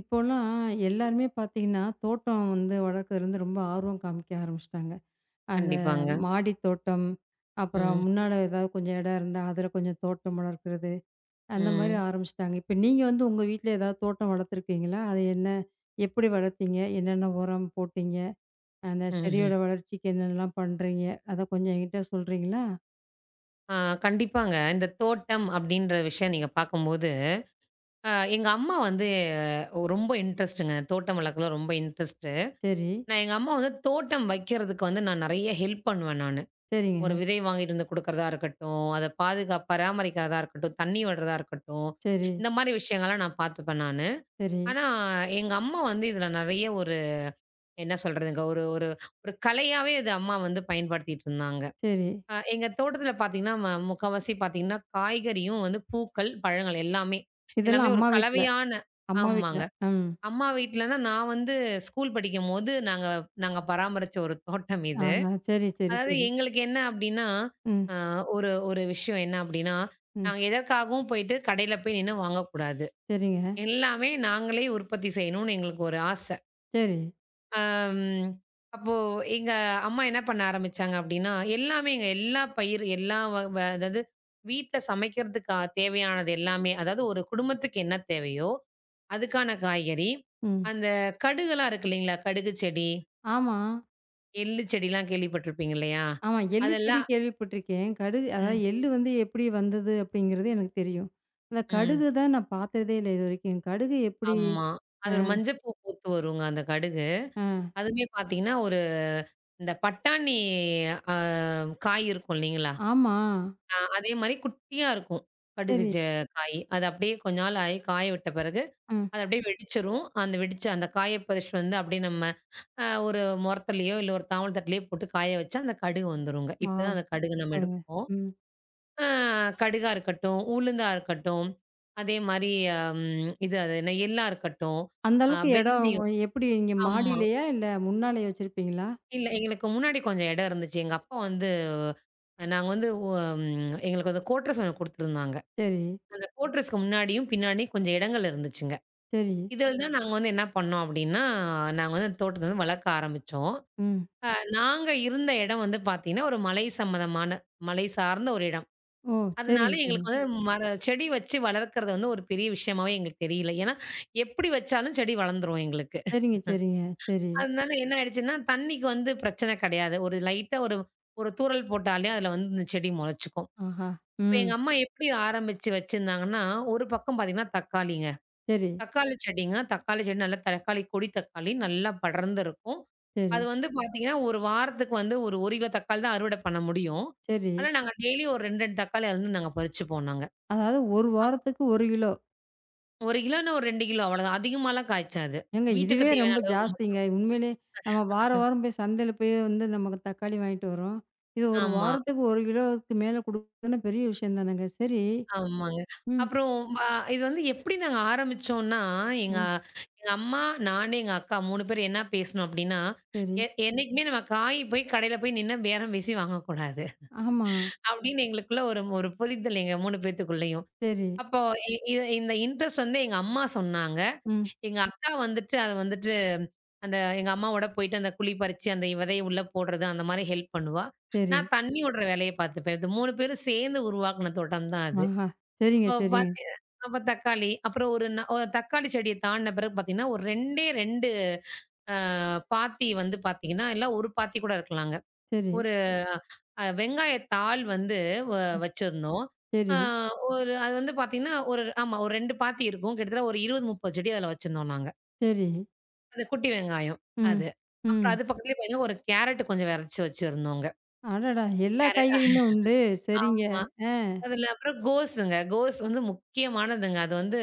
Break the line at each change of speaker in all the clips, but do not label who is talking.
இப்போலாம் எல்லாருமே பார்த்தீங்கன்னா, தோட்டம் வந்து வளர்க்கறது வந்து ரொம்ப ஆர்வம் காமிக்க ஆரம்பிச்சுட்டாங்க. அந்த
கண்டிப்பாங்க.
மாடி தோட்டம், அப்புறம்
ம்.
முன்னால ஏதாவது கொஞ்சம் இடம் இருந்தா, அதில கொஞ்சம் தோட்டம் வளர்க்கிறது, அந்த மாரி
ம்.
ஆரம்பிச்சுட்டாங்க. இப்ப நீங்க வந்து உங்க வீட்ல ஏதாவது தோட்டம் வளர்த்துருக்கீங்களா? அது என்ன? எப்படி வளர்த்தீங்க? என்னென்ன உரம் போட்டீங்க? அந்த
ம்ஹ்ம்.
செடியோட வளர்ச்சிக்கு என்னென்னலாம் பண்றீங்க? அத கொஞ்சம் என்கிட்ட சொல்றீங்களா?
ஆ கண்டிப்பாங்க. இந்த தோட்டம் அப்படின்ற விஷயம் நீங்க பார்க்கும்போது, எங்க அம்மா வந்து ரொம்ப இன்ட்ரெஸ்ட்டுங்க. தோட்டம் வளர்க்கறதுல ரொம்ப இன்ட்ரெஸ்ட்டு.
சரி,
நான் எங்க அம்மா வந்து தோட்டம் வைக்கிறதுக்கு வந்து நான் நெறைய ஹெல்ப் பண்ணுவேன் நானு.
சரிங்க.
ஒரு விதை வாங்கிட்டு வந்து குடுக்கறதா இருக்கட்டும், அத பராமரிக்கிறதா இருக்கட்டும், தண்ணி விடுறதா இருக்கட்டும்,
சரி,
இந்த மாரி விஷயங்கள்லாம் நான் பார்த்துப்பேன் நானு.
சரி,
ஆனா, எங்க அம்மா வந்து இதுல நெறைய ஒரு என்ன சொல்றதுங்க, ஒரு ஒரு ஒரு கலையாவே இத அம்மா வந்து பயன்படுத்திட்டு இருந்தாங்க.
சரி.
எங்க தோட்டத்துல பார்த்தீங்கன்னா, முக்காவாசி பார்த்தீங்கன்னா, காய்கறியும் வந்து பூக்கள், பழங்கள் எல்லாமே. எல்லாமே
இதெல்லாம்
ஒரு
அம்மா வீட்ல,
கலவையான
அம்மா வீட்ல.
ஆமாங்க.
ம்.
அம்மா வீட்லனா நான் வந்து ஸ்கூல் படிக்கும்போது நாங்க நாங்க பராமரிச்ச ஒரு தோட்டம் இது.
ஆஹா. சரி, சரி,
அதாவது
சரி.
எங்களுக்கு என்ன அப்டின்னா,
ம்.
அ ஒரு ஒரு விஷயம் என்ன அப்டின்னா,
ம்.
நாங்க எதற்காகவும் போயிட்டு கடையில போய் நின்னு வாங்கக்கூடாது.
சரிங்க.
எல்லாமே நாங்களே உற்பத்தி செய்யணும்னு எங்களுக்கு ஒரு ஆச.
சரி.
ம். அப்போ எங்க அம்மா என்ன பண்ண ஆரம்பிச்சாங்க அப்படின்னா, எல்லாமே எங்க எல்லா பயிர், எல்லா வ வ அதாவது வீட்ல சமைக்கிறதுக்கு தேவையானது எல்லாமே, அதாவது ஒரு குடும்பத்துக்கு என்ன தேவையோ, அதுக்கான காய்கறி,
ம்.
அந்த கடுகுலாம் இருக்கு இல்லைங்களா? கடுகு செடி,
ஆமா.
எள்ளு செடிலாம் கேள்விப்பட்டிருப்பீங்க இல்லையா?
ஆமா. எள்ளு செடி
அதெல்லாம்
கேள்விப்பட்டிருக்கேன். கடுகு அதாவது
ம்,
எள்ளு வந்து எப்படி வந்தது அப்படிங்கிறது எனக்கு தெரியும். அந்த
ம்.
கடுகு தான் நான் பார்த்ததே இல்ல இதுவரைக்கும். கடுகு எப்படி
ஆமா. அது
அ,
ஒரு மஞ்சள் பூ பூத்து வருங்க அந்த கடுகு.
அ.
அதுவுமே பார்த்தீங்கன்னா, ஒரு இந்த பட்டாணி அ காய் இருக்கும் இல்லைங்களா?
ஆமா.
ஆ அதே மாரி குட்டியா இருக்கும். கடுகு
சரி.
காய். அது அப்படியே கொஞ்ச நாள் ஆயி காய விட்ட பிறகு,
ம்.
அது அப்படியே வெடிச்சிரும். அந்த வெடிச்ச அந்த காய பறிச்சுட்டு வந்து அப்படியே நம்ம ஒரு மொறத்துலயோ, இல்ல ஒரு தாவல் தட்டுலயோ போட்டு காய வச்சா அந்த கடுகு வந்துருங்க.
வாவ்!
இப்படிதான் அந்த கடுகு நம்ம
சூப்பருங்க.
எடுப்போம்.
ம்.
அ கடுகா இருக்கட்டும், உளுந்தா இருக்கட்டும், அதே மாரி இது அது என்ன எள்ளா இருக்கட்டும்,
அந்த அளவுக்கு இடம்
வெந்தயம்.
எப்படி நீங்க
ஆமா.
மாடியிலயா? இல்ல முன்னாலயே வச்சிருப்பீங்களா?
இல்ல, எங்களுக்கு முன்னாடி கொஞ்சம் இடம் இருந்துச்சு. எங்க அப்பா வந்து நாங்க வந்து ம் எங்களுக்கு வந்து கோட்ரு சோளம் குடுத்துருந்தாங்க.
சரி,
அந்த கோட்ரஸ்க்கு முன்னாடியும், பின்னாடியும் கொஞ்சம் இடங்கள் இருந்துச்சுங்க.
சரி.
இதில தான் நாங்க வந்து என்ன பண்ணோம் அப்டின்னா, நாங்க வந்து தோட்டத்த வந்து வளர்க்க ஆரம்பிச்சோம்.
ம்.
அ நாங்க இருந்த இடம் வந்து பார்த்தீங்கன்னா, ஒரு மலை சம்மந்தமான மலை சார்ந்த ஒரு இடம்.
ஓ!
அதனால
சரிங்க, சரிங்க.
எங்களுக்கு வந்து மர செடி வச்சு வளர்க்கறது வந்து ஒரு பெரிய விஷயமாவே எங்களுக்கு தெரியல. ஏன்னா, எப்டி வச்சாலும் செடி வளர்ந்துரும் எங்களுக்கு.
சரிங்க, சரிங்க. சரி.
அதனால என்ன ஆயிடுச்சுன்னா, தண்ணிக்கு வந்து பிரச்சன கிடையாது. ஒரு லைட்டா ஒரு ஒரு தூறல் போட்டாலே அதில வந்து இந்த செடி முளைச்சுக்கும்.
ஆஹா!
இப்ப
ம்.
எங்க அம்மா எப்டி ஆரம்பிச்சு வச்சிருந்தாங்கன்னா, ஒரு பக்கம் பார்த்தீங்கன்னா தக்காளிங்க.
சரி,
தக்காளி செடிங்க. தக்காளி செடி நல்லா தக்காளி கொடி தக்காளி நல்லா படர்ந்து இருக்கும்.
சரி,
அது வந்து பார்த்தீங்கன்னா, ஒரு வாரத்துக்கு வந்து ஒரு 1 கிலோ தக்காளி தான் அறுவடை பண்ண முடியும்.
சரி.
ஆனா, நாங்க டெய்லி ஒரு 2, 2 தக்காளி அதுலருந்து நாங்க பறிச்சுப்போம்.
அதாவது 1 வாரத்துக்கு 1 கிலோ.
1 கிலோன்னா ஒரு 2 கிலோ அவ்வளோதான். அதிகமாலாம் காய்ச்சாது.
ஏங்க
வீட்டுக்கு
இதுவே ரொம்ப
தேவையான அளவுக்கு
ஜாஸ்திங்க. உண்மையிலே நம்ம வாரம், வாரம் போய் சந்தையில போய் வந்து நமக்கு தக்காளி வாங்கிட்டு வரோம். இது 1
ஆமா,
வாரத்துக்கு 1 கிலோவுக்கு மேல குடுக்குறதுன்னா பெரிய விஷயம் தானங்க. சரி.
ஆமாங்க.
ம்,
அப்புறம் வ இது வந்து எப்படி நாங்க ஆரம்பிச்சோம்னா, எங்க
ம்.
எங்க அம்மா, நானு, எங்க அக்கா 3 பேரும் என்ன பேசினோம் அப்படின்னா,
சரி.
என்னைக்குமே நம்ம காய் போய் கடையில போய் நின்னு பேரம் பேசி வாங்கக்கூடாது.
ஆமா.
அப்படின்னு எங்களுக்குள்ள ஒரு ஒரு புரிதல் எங்க 3 பேத்துக்குள்ளயும்.
சரி.
அப்போ இ இ இந்த இன்ட்ரெஸ்ட் வந்து எங்க அம்மா சொன்னாங்க.
ம்.
எங்க அக்கா வந்துட்டு அந்த எங்க அம்மாவோட போயிட்டு அந்த குழி பறிச்சு அந்த விதைய உள்ள போடுறது அந்த மாரி ஹெல்ப் பண்ணுவா.
சரி.
நான் தண்ணி விடுற வேலைய பார்த்துப்பேன். இது 3 பேரும் சேர்ந்து உருவாக்குன தோட்டம் தான் அது.
ஆஹா! சரிங்க,
அப்போ
சரிங்க.
பாத்தீங்க அப்ப தக்காளி, அப்புறம் ஒரு தக்காளி செடிய தாண்டுன பிறகு பாத்தீங்கன்னா, ஒரு 2டே 2 பாத்தி வந்து பாத்தீங்கன்னா, இல்ல 1 பாத்தி கூட இருக்கலாங்க.
சரி,
வெங்காயத்தாள் வந்து வ வச்சிருந்தோம்.
சரி,
அ ஒரு அது வந்து பார்த்தீங்கன்னா, ஒரு ஆமா ஒரு 2 பாத்தி இருக்கும். கிட்டத்தட்ட ஒரு 20, 30 செடி அதில வச்சிருந்தோம் நாங்க.
சரி.
அந்த குட்டி வெங்காயம்
ம்,
அது.
ம்.
அப்புறம் அது பக்கத்துலயே பார்த்தீங்கன்னா, ஒரு கேரட் கொஞ்சம் வெதச்சு வச்சிருந்தோங்க.
அடடா! எல்லா
கேரட்
காய்கறியுமே உண்டு. சரிங்க. ஆ.
அதில அப்புறம் கோஸுங்க. கோஸ் வந்து முக்கியமானதுங்க. அது வந்து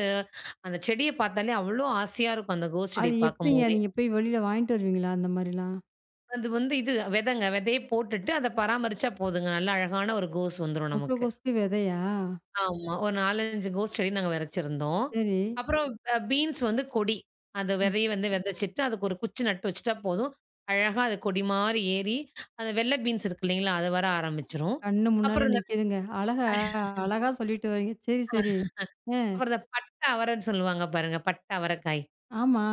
அந்த செடிய பார்த்தாலே அவ்ளோ ஆசையா இருக்கும் அந்த கோஸ்
அது
செடிய
எப்படிங்க
பார்க்கும்போதே.
நீங்க போய் வெளியில வாங்கிட்டு வருவீங்களா? அந்த மாரிலாம்?
அது வந்து இது விதைங்க. விதைய போட்டுட்டு அத பராமரிச்சா போதுங்க. நல்ல அழகான ஒரு கோஸ் வந்துரும் நமக்கு.
முட்டைகோஸுக்கு விதையா?
ஆமா. ஒரு 4, 5 கோஸ் செடி நாங்க வெதைச்சிருந்தோம்.
சரி.
அப்புறம் பீன்ஸ் வந்து கொடி. அந்த விதைய வந்து வெதைச்சிட்டு, அதுக்கு ஒரு குச்சி நட்டு வச்சுட்டா போதும். அழகா அது கொடி மாரி ஏறி, அந்த வெள்ள பீன்ஸ் இருக்கு இல்லைங்களா? அது வர ஆரம்பிச்சுரும்.
கண்ணு முன்னால
அப்புறம் இந்த
நிக்குதுங்க. அழகா அழகா சொல்லிட்டு வரீங்க. சரி,
அ
சரி. அ
அப்புறம் இந்த பட்டை அவரைன்னு சொல்லுவாங்க பாருங்க. பட்டை அவரைக்காய்.
ஆமா.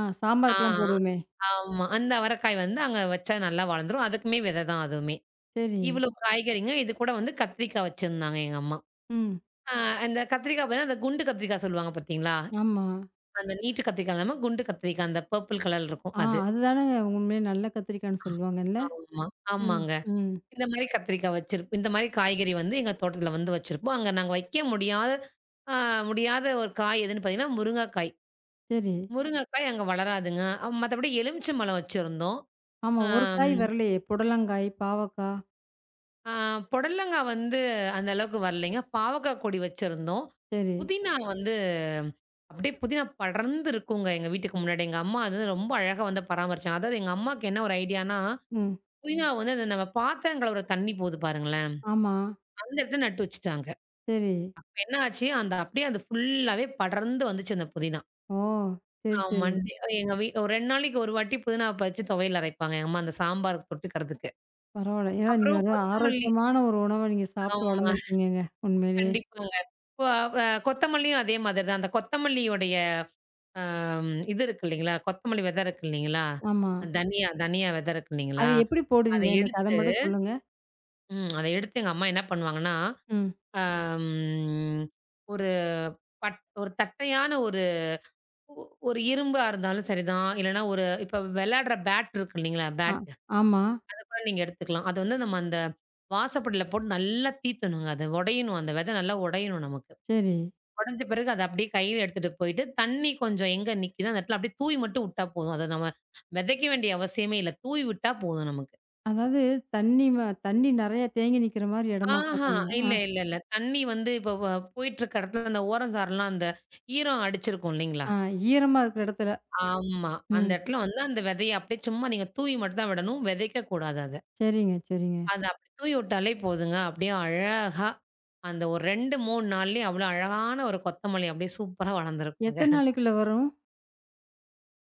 ஆ.
சாம்பாருக்கெல்லாம் போடுவோமே.
ஆமா. அந்த அவரைக்காய் வந்து அங்க வச்சா நல்லா வளர்ந்துரும். அதுக்குமே விதை தான் அதுவுமே.
சரி.
இவ்வளோ காய்கறிங்க. இது கூட வந்து கத்திரிக்காய் வச்சிருந்தாங்க எங்க அம்மா.
ம்.
ஆ அந்த கத்திரிக்காய் பாத்தீங்கன்னா, அந்த குண்டு கத்திரிக்காய் சொல்லுவாங்க பாத்தீங்களா?
ஆமா.
அந்த நீட்டு கத்திரிக்காய் இல்லாம, குண்டு கத்திரிக்காய் அந்த பர்பிள் கலர்ல இருக்கும்
ஆ
அது.
அதுதானங்க உண்மையிலே நல்ல கத்திரிக்காய்ன்னு சொல்லுவாங்கல்ல.
ஆமா.
ம்.
ஆமாங்க.
ம்.
இந்த மாரி காய்கறி வந்து எங்க தோட்டத்துல வந்து வச்சிருப்போம். அங்க நாங்க வைக்க முடியாத அ முடியாத ஒரு காய் எதுன்னு பார்த்தீங்கன்னா, முருங்கைக்காய்.
சரி.
முருங்கைக்காய் அங்க வளராதுங்க. மத்தபடி எலுமிச்சம்பழம் வச்சிருந்தோம்.
ஆமா. ஒரு
அம்
காய் வரலையே. புடலங்காய், பாவக்கா.
அ புடலங்காய் வந்து அந்த அளவுக்கு வரலைங்க. பாவக்காய் கொடி வச்சிருந்தோம்.
சரி.
புதினா வந்து அப்படியே புதினா படர்ந்து இருக்குங்க எங்க வீட்டுக்கு முன்னாடி. எங்க அம்மா அது வந்து ரொம்ப அழகா வந்து பராமரிச்சாங்க. அதாவது எங்க அம்மாக்கு என்ன ஒரு ஐடியான்னா
ம்.
புதினா வந்து அந்த நம்ம பாத்திரம் கழுவுற தண்ணி போகுது பாருங்களேன்,
ஆமா.
அந்த இடத்துல நட்டு வச்சுட்டாங்க.
சரி.
அப்ப என்ன ஆச்சு, அந்த அப்படியே அது ஃபுல்லாவே படர்ந்து வந்துச்சு அந்த புதினா.
ஓ! சரி,
ஆ
சரி.
மண்டே எங்க வீ ஒரு 2 நாளைக்கு ஒரு வாட்டி புதினாவ பறிச்சு துவையல் அரைப்பாங்க எங்க அம்மா அந்த சாம்பாருக்கு தொட்டுக்கிறதுக்கு.
பரவால்ல. ஏன்னா நீங்க
அப்புறம்
ஒரு
கொத்தமல்லி
ஆரோக்கியமான ஒரு உணவ நீங்க சாப்பிட்டு
ஆமா
வளர்ந்துருக்கீங்கங்க. உண்மையிலேயே.
கண்டிப்பாங்க. இப்போ கொத்தமல்லியும் அதே மாதிரி தான். அந்த கொத்தமல்லியோடைய இது இருக்கு இல்லைங்களா, கொத்தமல்லி விதை இருக்கு இல்லைங்களா,
ஆமா.
தனியா தனியா விதை இருக்கு இல்லைங்களா,
அது எப்படி
அத
போடுவீங்க? எனக்கு அத
எடுத்து
மட்டும் சொல்லுங்க.
அத எடுத்து எங்க அம்மா என்ன பண்ணுவாங்கன்னா
ம்.
அம், ஒரு ஒரு தட்டையான ஒரு ஒ ஒரு இரும்பா இருந்தாலும் சரிதான். இல்லன்னா ஒரு இப்ப விளையாடுற பேட் இருக்கு இல்லைங்களா?
ஆ.
பேட்
ஆமா.
அத கூட நீங்க எடுத்துக்கலாம். அது வந்து நம்ம அந்த வாசப்படியில போட்டு நல்லா தீத்தணுங்க. அது உடையணும். அந்த விதை நல்லா உடையணும் நமக்கு.
சரி.
உடைஞ்ச பிறகு அத அப்படியே கையில எடுத்துட்டு போயிட்டு, தண்ணி கொஞ்சம் எங்க நிக்குதோ அந்த இடத்துல அப்படியே தூவி மட்டும் விட்டா போதும். அத நம்ம விதைக்க வேண்டிய அவசியமே இல்ல. தூவி விட்டா போதும் நமக்கு.
அதாவது தண்ணி ம தண்ணி நெறைய தேங்கி நிக்கிற மாரி இடமா
ஆஹா.
பார்க்கணுமா? ஆ,
இல்ல. தண்ணி வந்து இப்ப போயிட்டு இருக்க இடத்துல அந்த ஓரஞ்சாறலாம் அந்த ஈரம் அடிச்சிருக்கும் இல்லைங்களா?
ஆ ஈரமா இருக்கிற இடத்துல.
ஆமா. அந்த
ம்.
இடத்துல வந்து அந்த விதைய அப்படியே சும்மா நீங்க தூவி மட்டும் தான் விடணும். விதைக்க கூடாது அத.
சரிங்க, சரிங்க.
அத அப்படி தூவி விட்டாலே போதுங்க. அப்படியே அழகா அந்த ஒரு 2, 3 நாள்லயே அவ்வளோ அழகான ஒரு கொத்தமல்லி அப்படியே சூப்பரா வளர்ந்துருக்குங்க.
எத்தன நாளைக்குள்ள வரும்?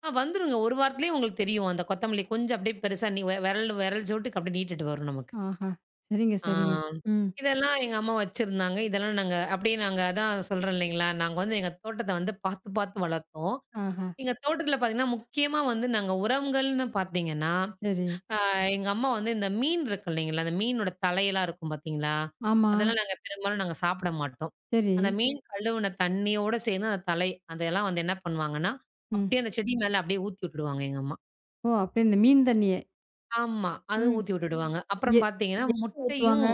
வந்துருங்க. ஒரு வாரத்திலேயே உங்களுக்கு தெரியும். அந்த கொத்தமல்லி கொஞ்சம் அப்படியே பெருசா நீ விரல் விரல் சோட்டுக்கு அப்படியே நீட்டுட்டு வரும் நமக்கு.
ஆஹா! சரிங்க,
ஆ.
சரிங்க. ம்.
இதெல்லாம் எங்க அம்மா வச்சிருந்தாங்க. இதெல்லாம் நாங்க அப்படியே நாங்க அதான் சொல்றேன் இல்லைங்களா, நாங்க வந்து எங்க தோட்டத்த வந்து பார்த்து பார்த்து வளர்த்தோம்.
ஆஹா!
எங்க தோட்டத்துல பார்த்தீங்கன்னா, முக்கியமா வந்து நாங்க உரங்கள்ன்னு பார்த்தீங்கன்னா
சரி.
எங்க அம்மா வந்து இந்த மீன் இருக்கு இல்லைங்களா, அந்த மீனோட தலையெல்லாம் இருக்கும் பார்த்தீங்களா,
ஆமா.
அதெல்லாம் நாங்க பெரும்பாலும் சாப்பிட மாட்டோம்.
சரி.
அந்த மீன் கழுவுன தண்ணியோட சேர்ந்து அந்த தலை, அதெல்லாம் வந்து என்ன பண்ணுவாங்கன்னா,
ம்.
அப்படியே அந்த செடி மேல அப்படியே ஊத்தி விட்டுடுவாங்க எங்க அம்மா.
ஓ! அப்படியே இந்த மீன் தண்ணிய.
ஆமா. அதுவும்
ம்.
ஊத்தி விட்டுடுவாங்க. அப்புறம்
எ
பார்த்தீங்கன்னா,
எங்க ஊத்துவாங்க?
முட்டையும்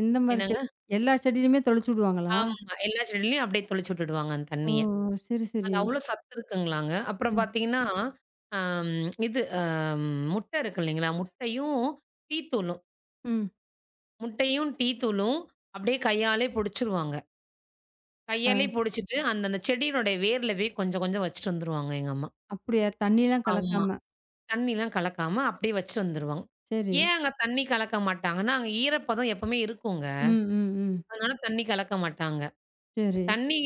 எந்த மாரி
என்னங்க
செடி? எல்லா செடியிலயுமே தெளிச்சு விடுவாங்களா?
ஆமா. எல்லா செடியிலயும் அப்படியே தெளிச்சு விட்டுடுவாங்க அந்த
ஓ!
தண்ணிய.
சரி,
அது
சரி.
அவ்வளோ சத்து இருக்குங்களாங்க. அப்புறம்
ம்,
பார்த்தீங்கன்னா, அம் இது அ முட்டை இருக்கு இல்லைங்களா, முட்டையும் டீ தூளும்
ம்.
முட்டையும் டீ தூளும் அப்படியே கையாலே பொடிச்சுருவாங்க.
அ
கையாலே புடிச்சிட்டு, அந்த அந்த செடியினுடைய வேர்ல போய் கொஞ்சம் கொஞ்சம் வச்சுட்டு வந்துருவாங்க எங்க அம்மா.
அப்படியா? தண்ணிலாம்
ஆமா.
கலக்காம.
தண்ணிலாம் கலக்காம அப்படியே வச்சுட்டு வந்துருவாங்க.
சரி.
ஏன் அங்க தண்ணி கலக்க மாட்டாங்கன்னா, அங்க ஈரப்பதம் எப்பவுமே இருக்குங்க.
ம், ம், ம்.
அதனால தண்ணி கலக்க மாட்டாங்க. இப்ப
சரி.
தண்ணி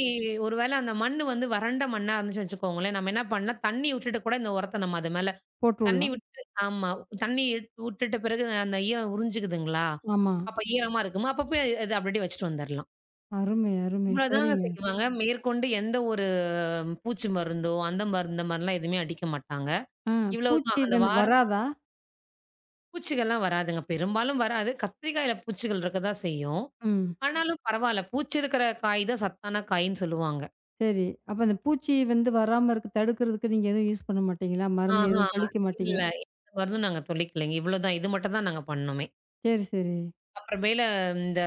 ஒரு வேளை அந்த மண்ணு வந்து வறண்ட மண்ணா இருந்துச்சுன்னு வச்சுக்கோங்களேன், நம்ம என்ன பண்ணலாம், தண்ணி விட்டுட்டு கூட இந்த உரத்த நம்ம அது மேல
போட்டு
தண்ணி
விடலாம்.
விட்டு ஆமா. விட்டுட்ட பிறகு அந்த ஈரம் உறிஞ்சுக்குதுங்களா?
ஆமா.
அப்ப ஈரமா இருக்குமா, அப்ப போய் அது அப்படியே வச்சுட்டு வந்துரலாம்.
அருமை, அருமை.
இவ்வளோதாங்க
சரிங்க.
செய்வாங்க. மேற்கொண்டு எந்த ஒரு பூச்சி மருந்தோ, அந்த மருந்து இந்த மாரிலாம் எதுவுமே அடிக்க மாட்டாங்க.
ஆ
இவ்வளவு தான்
பூச்சி
அந்த
வந்து
வார
வராதா?
பூச்சிகள்லாம் வராதுங்க. பெரும்பாலும் வராது. கத்திரிக்காயில பூச்சிகள் இருக்க தான் செய்யும்.
ம்.
ஆனாலும் பரவால்ல. பூச்சி இருக்கிற காய் தான் சத்தான காயின்னு சொல்லுவாங்க.
சரி. அப்ப அந்த பூச்சி வந்து வராம இருக்க தடுக்கிறதுக்கு நீங்க எதுவும் யூஸ் பண்ண மாட்டீங்களா? மருந்து
ஆஹா!
எதுவும் தெளிக்க மாட்டீங்க?
இல்ல. எந்த மருந்தும் நாங்க தெளிக்கலைங்க. இவ்வளோ தான். இது மட்டும் தான் நாங்க பண்ணோமே.
சரி, சரி.
அப்புறமேல இந்த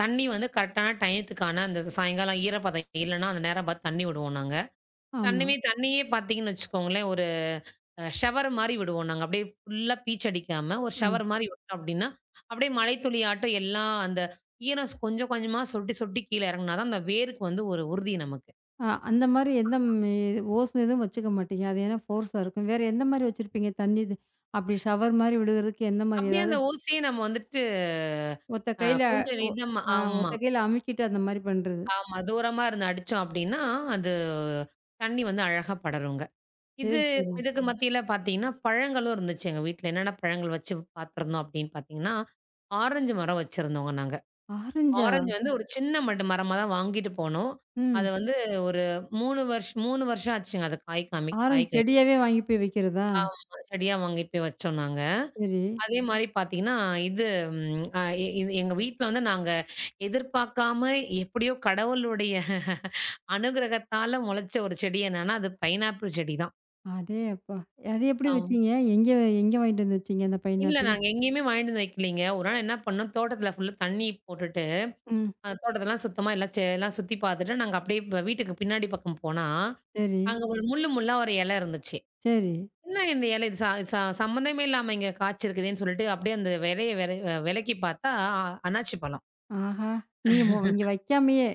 தண்ணி வந்து கரெக்டான டயத்துக்கான அந்த சாயங்காலம் ஈரப்பதம் இல்லன்னா, அந்த நேரம் பார்த்து தண்ணி விடுவோம் நாங்க.
ஆமா.
தண்ணியுமே தண்ணியே பார்த்தீங்கன்னு வச்சுக்கோங்களேன், ஒரு ஷவர் மாரி விடுவோம் நாங்க. அப்படியே ஃபுல்லா பீச் அடிக்காம, ஒரு
ம்.
ஷவர் மாரி விட்டோம் அப்படின்னா, அப்படியே மழைத்துளியாட்டம் எல்லாம் அந்த ஈரம் கொஞ்சமா சொட்டி கீழ இறங்குனா தான் அந்த வேருக்கு வந்து ஒரு உறுதி நமக்கு.
அந்த மாரி எந்த ஓஸ் எதுவும் வச்சுக்க மாட்டீங்க. அது ஏன்னா ஃபோர்ஸா இருக்கும். வேற எந்த மாரி வச்சிருப்பீங்க? தண்ணி இது அப்படி ஷவர் மாரி விழுகிறதுக்கு எந்த மாரி
அப்படியே
ஏதாவது
அந்த ஓசைய நம்ம வந்துட்டு
ஒத்த கையில
கொஞ்சம்
ஒ
நிதானமா
ஆ ஒத்த
ஆமா,
கையில அமுக்கிட்டு அந்த மாரி பண்றது.
ஆமா. தூரமா இருந்து அடிச்சோம் அப்படின்னா, அது தண்ணி வந்து அழகா படருங்க.
சரி,
இது
சரி.
இதுக்கு மத்தியில பார்த்தீங்கன்னா, பழங்களும் இருந்துச்சு எங்க வீட்ல. என்னென்ன பழங்கள் வச்சு பார்த்துருந்தோம் அப்படின்னு பார்த்தீங்கன்னா, ஆரஞ்சு மரம் வச்சிருந்தோங்க நாங்க.
ஆரஞ்சா?
ஆரஞ்சு வந்து ஒரு சின்ன மட்டு மரமா தான் வாங்கிட்டு போனோம். அத
ம்.
வந்து ஒரு 3 வருஷம் ஆச்சுங்க. அது காய் காமி காய்
ஆரஞ்சு
காய்
செடியாவே வாங்கி போய் வைக்கிறதா?
ஆமா. செடியா வாங்கிட்டு போய் வச்சோம் நாங்க.
சரி.
அதே மாரி பார்த்தீங்கன்னா, இது ம் அ இது எங்க வீட்ல வந்து நாங்க எதிர்பார்க்காம எப்படியோ கடவுளுடைய அனுகிரகத்தால முளைச்ச ஒரு செடி என்னன்னா, அது பைனாப்பிள் செடி தான்.
அடேயப்பா! அது எப்படி
ஆம்.
வச்சீங்க? எங்க எங்க வாங்கிட்டு வந்து வச்சீங்க அந்த
இல்ல,
பைனாப்பிள்?
நாங்க எங்கேயுமே வாங்கிட்டு வந்து வைக்கலீங்க. ஒரு நாள் என்ன பண்ணோம், தோட்டத்தில ஃபுல்லா தண்ணி போட்டுட்டு,
ம்.
தோட்டத்தெல்லாம் சுத்தமா எல்லாம் எல்லாம் சுத்தி பார்த்துட்டு, நாங்க அப்படியே இப்ப வீட்டுக்கு பின்னாடி பக்கம் போனா
சரி,
அங்க ஒரு முள்ளா ஒரு இலை இருந்துச்சு.
சரி.
என்ன இந்த இலை? இது ச ச சம்மந்தமே இல்லாம இங்க காய்ச்சிருக்குதேன்னு சொல்லிட்டு அப்படியே அந்த இலைய வெலக்கி பார்த்தா அண்ணாச்சி பழம்.
ஆஹா! நீங்க இங்க வைக்காமயே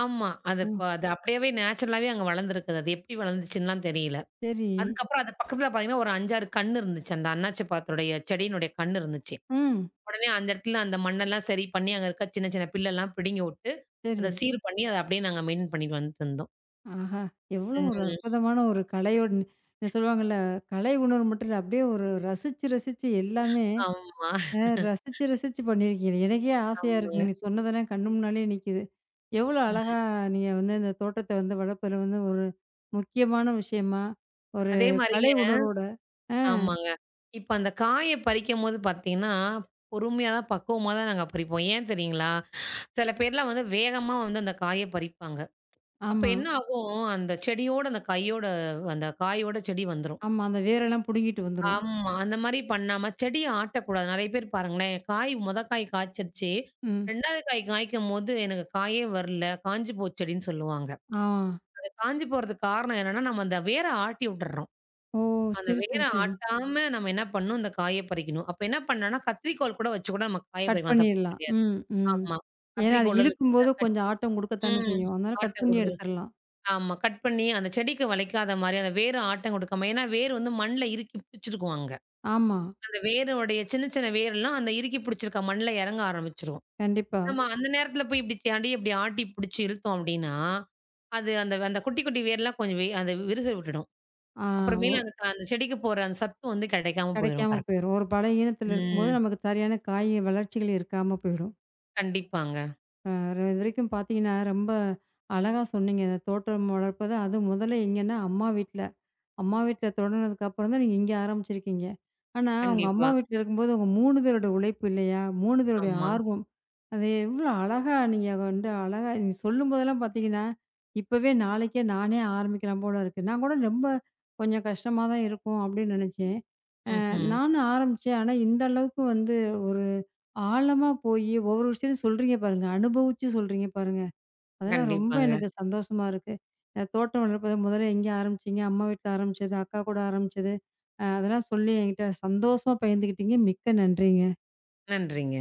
ஆமா. அது
அ
இப்ப அது அப்படியே நேச்சுரலாவே அங்க வளர்ந்துருக்குது. அது எப்படி வளர்ந்துச்சுன்னுலாம் தெரியல.
சரி,
அதுக்கப்புறம் அது பக்கத்துல பார்த்தீங்கன்னா, ஒரு 5, 6 கண்ணு இருந்துச்சு. அந்த அண்ணாச்சி பழத்துடைய செடியினுடைய கண்ணு இருந்துச்சு.
ம்.
உடனே அந்த இடத்துல அந்த மண்ணெல்லாம் சரி பண்ணி, அங்க இருக்க சின்ன சின்ன பில்லெல்லாம் பிடுங்கி விட்டு,
சரி.
அத சீர் பண்ணி அத அப்படியே நாங்க மெயின்டெயின் பண்ணிட்டு வந்துட்டு இருந்தோம்.
ஆஹா! எவ்வளோ
ம்.
ஒரு அற்புதமான ஒரு கலையோட சொல்லுவாங்கல்ல, கலை உணர்வு மட்டும் இல்ல, அப்படியே ஒரு ரசிச்சு ரசிச்சு எல்லாமே
ஆமா.
ரசிச்சு, ரசிச்சு பண்ணியிருக்கீங்க. எனக்கே ஆசையா
ஆமாங்க.
இருக்குங்க. நீ சொன்னதெல்லாம் கண்ணு முன்னாலயே நிக்குது. எவ்வளோ அழகா
ம்.
நீங்க வந்து இந்த தோட்டத்த வந்து வளர்ப்பது வந்து ஒரு முக்கியமான விஷயமா, ஒரு
அதே மாரிங்க
கலை உணர்வோட ஆ,
ஆமாங்க. இப்ப அந்த காய பறிக்கும்போது பார்த்தீங்கன்னா, பொறுமையா தான் பக்குவமா தான் நாங்க பறிப்போம். ஏன் தெரியுங்களா? சில பேர்லாம் வந்து வேகமா வந்து அந்த காய பறிப்பாங்க. அப்ப
ஆமா,
என்ன ஆகும், அந்த செடியோட அந்த கையோட அந்த காயோட செடி வந்துரும்.
ஆமா. அந்த வேரெல்லாம் புடுங்கிட்டு வந்துரும்.
ஆமா. அந்த மாரி பண்ணாம செடிய ஆட்டக்கூடாது. நெறைய பேர் பாருங்களேன், காய் காய் காய்ச்சிருச்சு.
ம்.
2வது காய் காய்க்கும்போது எனக்கு காயே வரல, காஞ்சு போச்சு செடின்னு சொல்லுவாங்க.
ஆ.
அது காஞ்சு போறதுக்கு காரணம் என்னன்னா, நம்ம அந்த வேர ஆட்டி விட்டுறோம்.
ஓ!
அந்த
சரி,
வேர
சரி, சரி.
ஆட்டாம நம்ம என்ன பண்ணணும், இந்த காய பறிக்கணும். அப்ப என்ன பண்ணலாம்னா, கத்திரிக்கோல் கூட வச்சு கூட நம்ம காய
கட்
பறிக்கலாம். தப்பே
பண்ணிரலாம்.
கிடையாது.
ம், ம்.
ஆமா.
ஏன்னா அது
கத்திரிக்கோல் இல்ல சின்ன
இழுக்கும்போது
கட்.
கொஞ்சம் ஆட்டம் குடுக்கத்தானே
ம்.
செய்யும். அதனால கட்
ஆட்டம்
பண்ணி
குடுத்துரும்.
எடுத்துரலாம்.
ஆமா. கட் பண்ணி அந்த செடிக்கு வளைக்காத மாரி அந்த வேர ஆட்டம் குடுக்காம ஏன்னா, வேர் வந்து மண்ல இறுக்கி பிடிச்சிருக்கும் அங்க.
ஆமா.
அந்த வேரோடைய சின்ன சின்ன வேரெல்லாம் அந்த இறுக்கி பிடிச்சிருக்க மண்ல எறங்க ஆரம்பிச்சுரும்.
கண்டிப்பா.
நம்ம அந்த நேரத்துல போய் இப்டி தாண்டி இப்டி ஆட்டி பிடிச்சு இழுத்தோம் அப்டின்னா, அது அந்த அந்த குட்டி குட்டி வேர்லாம் கொஞ்சம் அந்த விரிசல் விட்டுடும்.
ஆ. ஓ
அப்புறமேலு அந்த அந்த செடிக்கு போற அந்த சத்து வந்து கிடைக்காம போயிரும்.
கிடைக்காம
கரெக்ட்.
போயிரும். ஒரு பலகீனத்தில இருக்கும்போது,
ம்.
நமக்கு சரியான காய் வளர்ச்சிகள் இருக்காம போயிடும்.
கண்டிப்பாங்க.
அ இதுவரைக்கும் பார்த்தீங்கன்னா, ரொம்ப அழகா சொன்னீங்க. இந்த தோட்டம் வளர்ப்பது அது முதல்ல எங்கன்னா, அம்மா வீட்ல. அம்மா வீட்ல தொடங்குனதுக்கப்புறம் தான் நீங்க இங்க ஆரம்பிச்சிருக்கீங்க. ஆனா, உங்க அம்மா
கண்டிப்பா.
வீட்ல இருக்கும்போது, உங்க 3 பேரோட உழைப்பு இல்லையா? 3 பேருடைய
ஆமா.
ஆர்வம். அது எவ்வளோ அழகா நீங்க வந்து அழகா நீங்க சொல்லும்போதெல்லாம் பார்த்தீங்கன்னா, இப்பவே நாளைக்கே நானே ஆரம்பிக்கலாம் போல இருக்கு. நான் கூட ரொம்ப கொஞ்சம் கஷ்டமா தான் இருக்கும் அப்படின்னு நினைச்சேன்.
ம்ஹ்ம்.
நானும் ஆரம்பிச்சேன். ஆனா, இந்த அளவுக்கு வந்து ஒரு ஆழமா போயி ஒவ்வொரு விஷயத்தையும் சொல்றீங்க பாருங்க. அனுபவிச்சு சொல்றீங்க பாருங்க. அதெல்லாம் ரொம்ப
கண்டிப்பாங்க.
எனக்கு சந்தோஷமா இருக்கு. தோட்டம் வளர்ப்பது முதல்ல எங்கே ஆரம்பிச்சீங்க? அம்மா வீட்ல ஆரம்பிச்சது, அக்கா கூட ஆரம்பிச்சது. அதெல்லாம் சொல்லி என்கிட்ட சந்தோஷமா பகிர்ந்துக்கிட்டீங்க. மிக்க நன்றிங்க.
நன்றிங்க.